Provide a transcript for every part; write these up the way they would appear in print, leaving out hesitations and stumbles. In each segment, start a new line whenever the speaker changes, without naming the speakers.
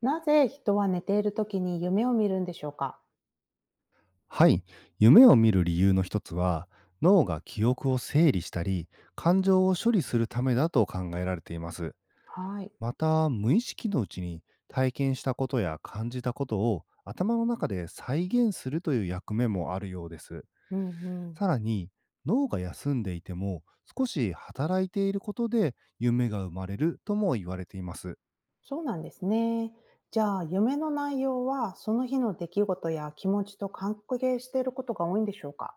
なぜ人は寝ている時に夢を見るんでしょうか？
はい。夢を見る理由の一つは、脳が記憶を整理したり、感情を処理するためだと考えられています。
はい。
また、無意識のうちに体験したことや感じたことを頭の中で再現するという役目もあるようです。
うんうん。
さらに、脳が休んでいても少し働いていることで夢が生まれるとも言われています。
そうなんですね。じゃあ、夢の内容はその日の出来事や気持ちと関係していることが多いんでしょうか？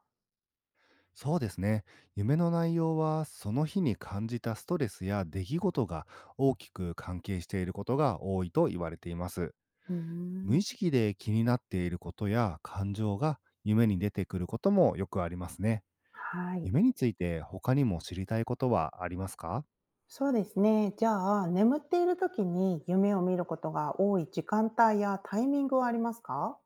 そうですね。夢の内容は、その日に感じたストレスや出来事が大きく関係していることが多いと言われています。
うー
無意
ん。
識で気になっていることや感情が夢に出てくることもよくありますね。
はい。
夢について他にも知りたいことはありますか？
そうですね。じゃあ、眠っている時に夢を見ることが多い時間帯やタイミングはありますか？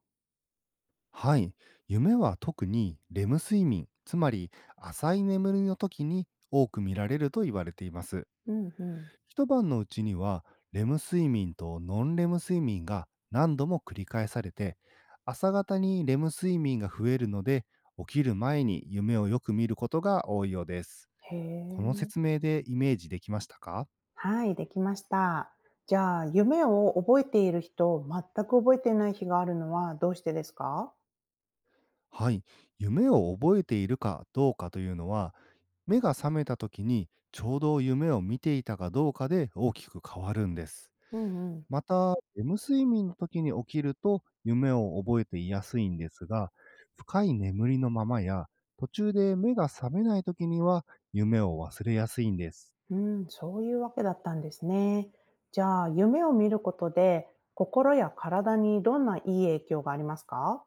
はい。夢は特にレム睡眠、つまり浅い眠りの時に多く見られると言われています。
うんうん。
一晩のうちには、レム睡眠とノンレム睡眠が何度も繰り返されて、朝方にレム睡眠が増えるので、起きる前に夢をよく見ることが多いようです。
へ
この
え。
説明でイメージできましたか？
はい、できました。じゃあ、夢を覚えている日と全く覚えていない日があるのはどうしてですか？
はい。夢を覚えているかどうかというのは、目が覚めた時にちょうど夢を見ていたかどうかで大きく変わるんです。
うんうん。
また、レム睡眠の時に起きると夢を覚えていやすいんですが、深い眠りのままや、途中で目が覚めない時には夢を忘れやすいんです。
うん、そういうわけだったんですね。じゃあ、夢を見ることで、心や体にどんないい影響がありますか？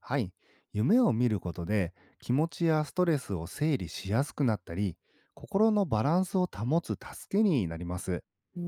はい。夢を見ることで気持ちやストレスを整理しやすくなったり、心のバランスを保つ助けになります。
うー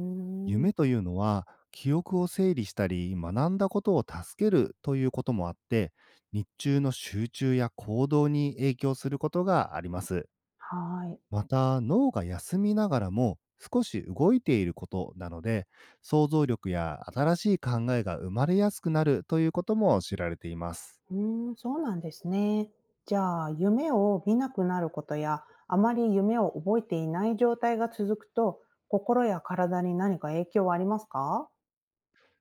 ん、
夢というのは、記憶を整理したり、学んだことを助けるということもあって、日中の集中や行動に影響することがあります。
はい。
また、脳が休みながらも少し動いていることなので、想像力や新しい考えが生まれやすくなるということも知られています。
うーん、そうなんですね。じゃあ、夢を見なくなることや、あまり夢を覚えていない状態が続くと、心や体に何か影響はありますか？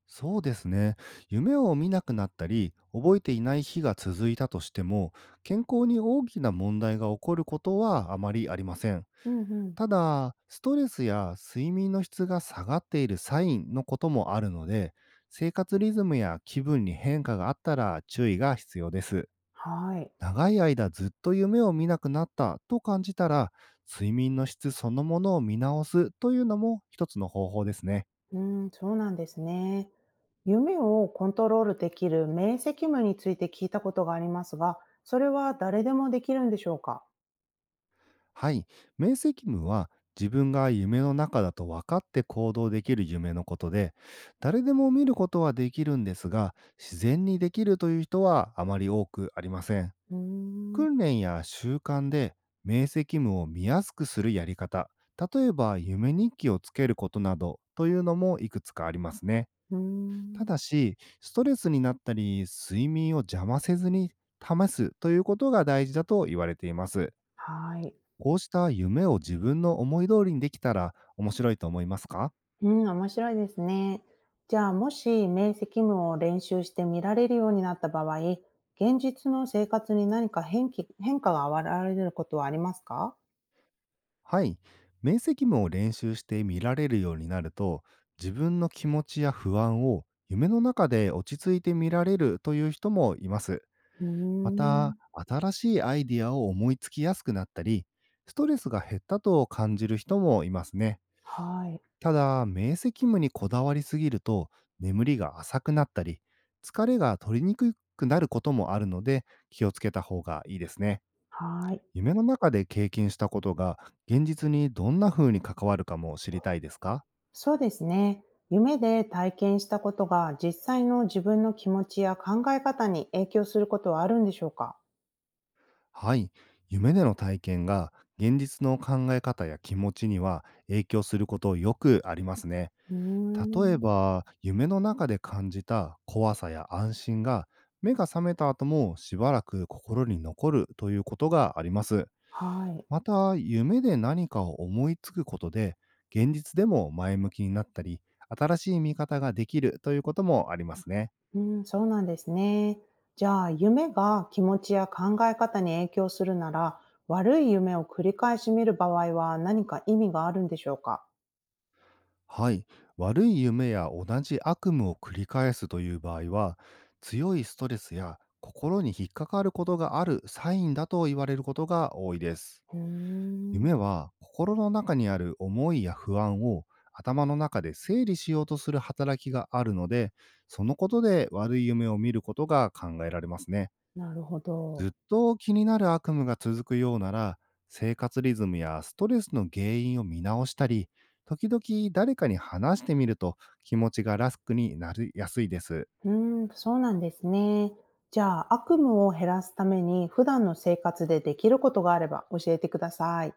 そうですね。夢を見なくなったり、覚えていない日が続いたとしても、健康に大きな問題が起こることはあまりありません。
うんうん。
ただ、ストレスや睡眠の質が下がっているサインのこともあるので、生活リズムや気分に変化があったら注意が必要です。
はい。
長い間ずっと夢を見なくなったと感じたら、睡眠の質そのものを見直すというのも一つの方法ですね。
うん、そうなんですね。夢をコントロールできる明晰夢について聞いたことがありますが、それは誰でもできるんでしょうか？
はい。明晰夢は自分が夢の中だと分かって行動できる夢のことで、誰でも見ることはできるんですが、自然にできるという人はあまり多くありません。
うーん。
訓練や習慣で明晰夢を見やすくするやり方、例えば夢日記をつけることなどというのもいくつかありますね。
うー
た
ん、
だし、ストレスになったり、睡眠を邪魔せずに試すということが大事だと言われています。
はい。
こうした夢を自分の思い通りにできたら面白いと思いますか？
うん、面白いですね。じゃあ、もし明晰夢を練習して見られるようになった場合、現実の生活に何か変気変化が現れることはありますか？
はい。面積夢を練習して見られるようになると、自分の気持ちや不安を夢の中で落ち着いて見られるという人もいます。
うー
ま
ん、
た、新しいアイディアを思いつきやすくなったり、ストレスが減ったと感じる人もいますね。
はい、
ただ、明晰夢にこだわりすぎると、眠りが浅くなったり、疲れが取りにくくなることもあるので、気をつけた方がいいですね。
はい。
夢の中で経験したことが、現実にどんな風に関わるかも知りたいですか？
そうですね。夢で体験したことが実際の自分の気持ちや考え方に影響することはあるんでしょうか？
はい。夢での体験が、現実の考え方や気持ちには影響することよくありますね。
う
例え
ーん。
ば、夢の中で感じた怖さや安心が、目が覚めた後もしばらく心に残るということがあります。
はい。
また、夢で何かを思いつくことで、現実でも前向きになったり、新しい見方ができるということもありますね。
うん、そうなんですね。じゃあ、夢が気持ちや考え方に影響するなら、悪い夢を繰り返し見る場合は何か意味があるんでしょうか？
はい。悪い夢や同じ悪夢を繰り返すという場合は、強いストレスや心に引っかかることがあるサインだと言われることが多いです。
うーん。
夢は心の中にある思いや不安を頭の中で整理しようとする働きがあるので、そのことで悪い夢を見ることが考えられますね。
なるほ
ずっ
ど。
と気になる悪夢が続くようなら、生活リズムやストレスの原因を見直したり、時々誰かに話してみると気持ちがラスクになりやすいです。
うーん、そうなんですね。じゃあ、悪夢を減らすために普段の生活でできることがあれば教えてください。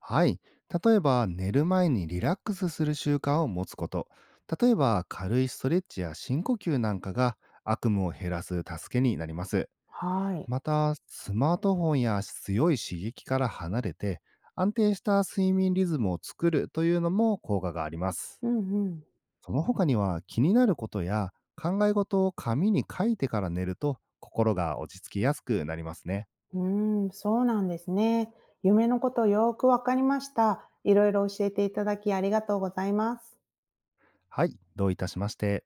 はい。例えば、寝る前にリラックスする習慣を持つこと。例えば、軽いストレッチや深呼吸なんかが悪夢を減らす助けになります。
はい。
また、スマートフォンや強い刺激から離れて、安定した睡眠リズムを作るというのも効果があります。
うんうん。
その他には、気になることや考え事を紙に書いてから寝ると、心が落ち着きやすくなりますね。
うーん、そうなんですね。夢のことよーくわかりました。いろいろ教えていただきありがとうございます。
はい。どういたしまして。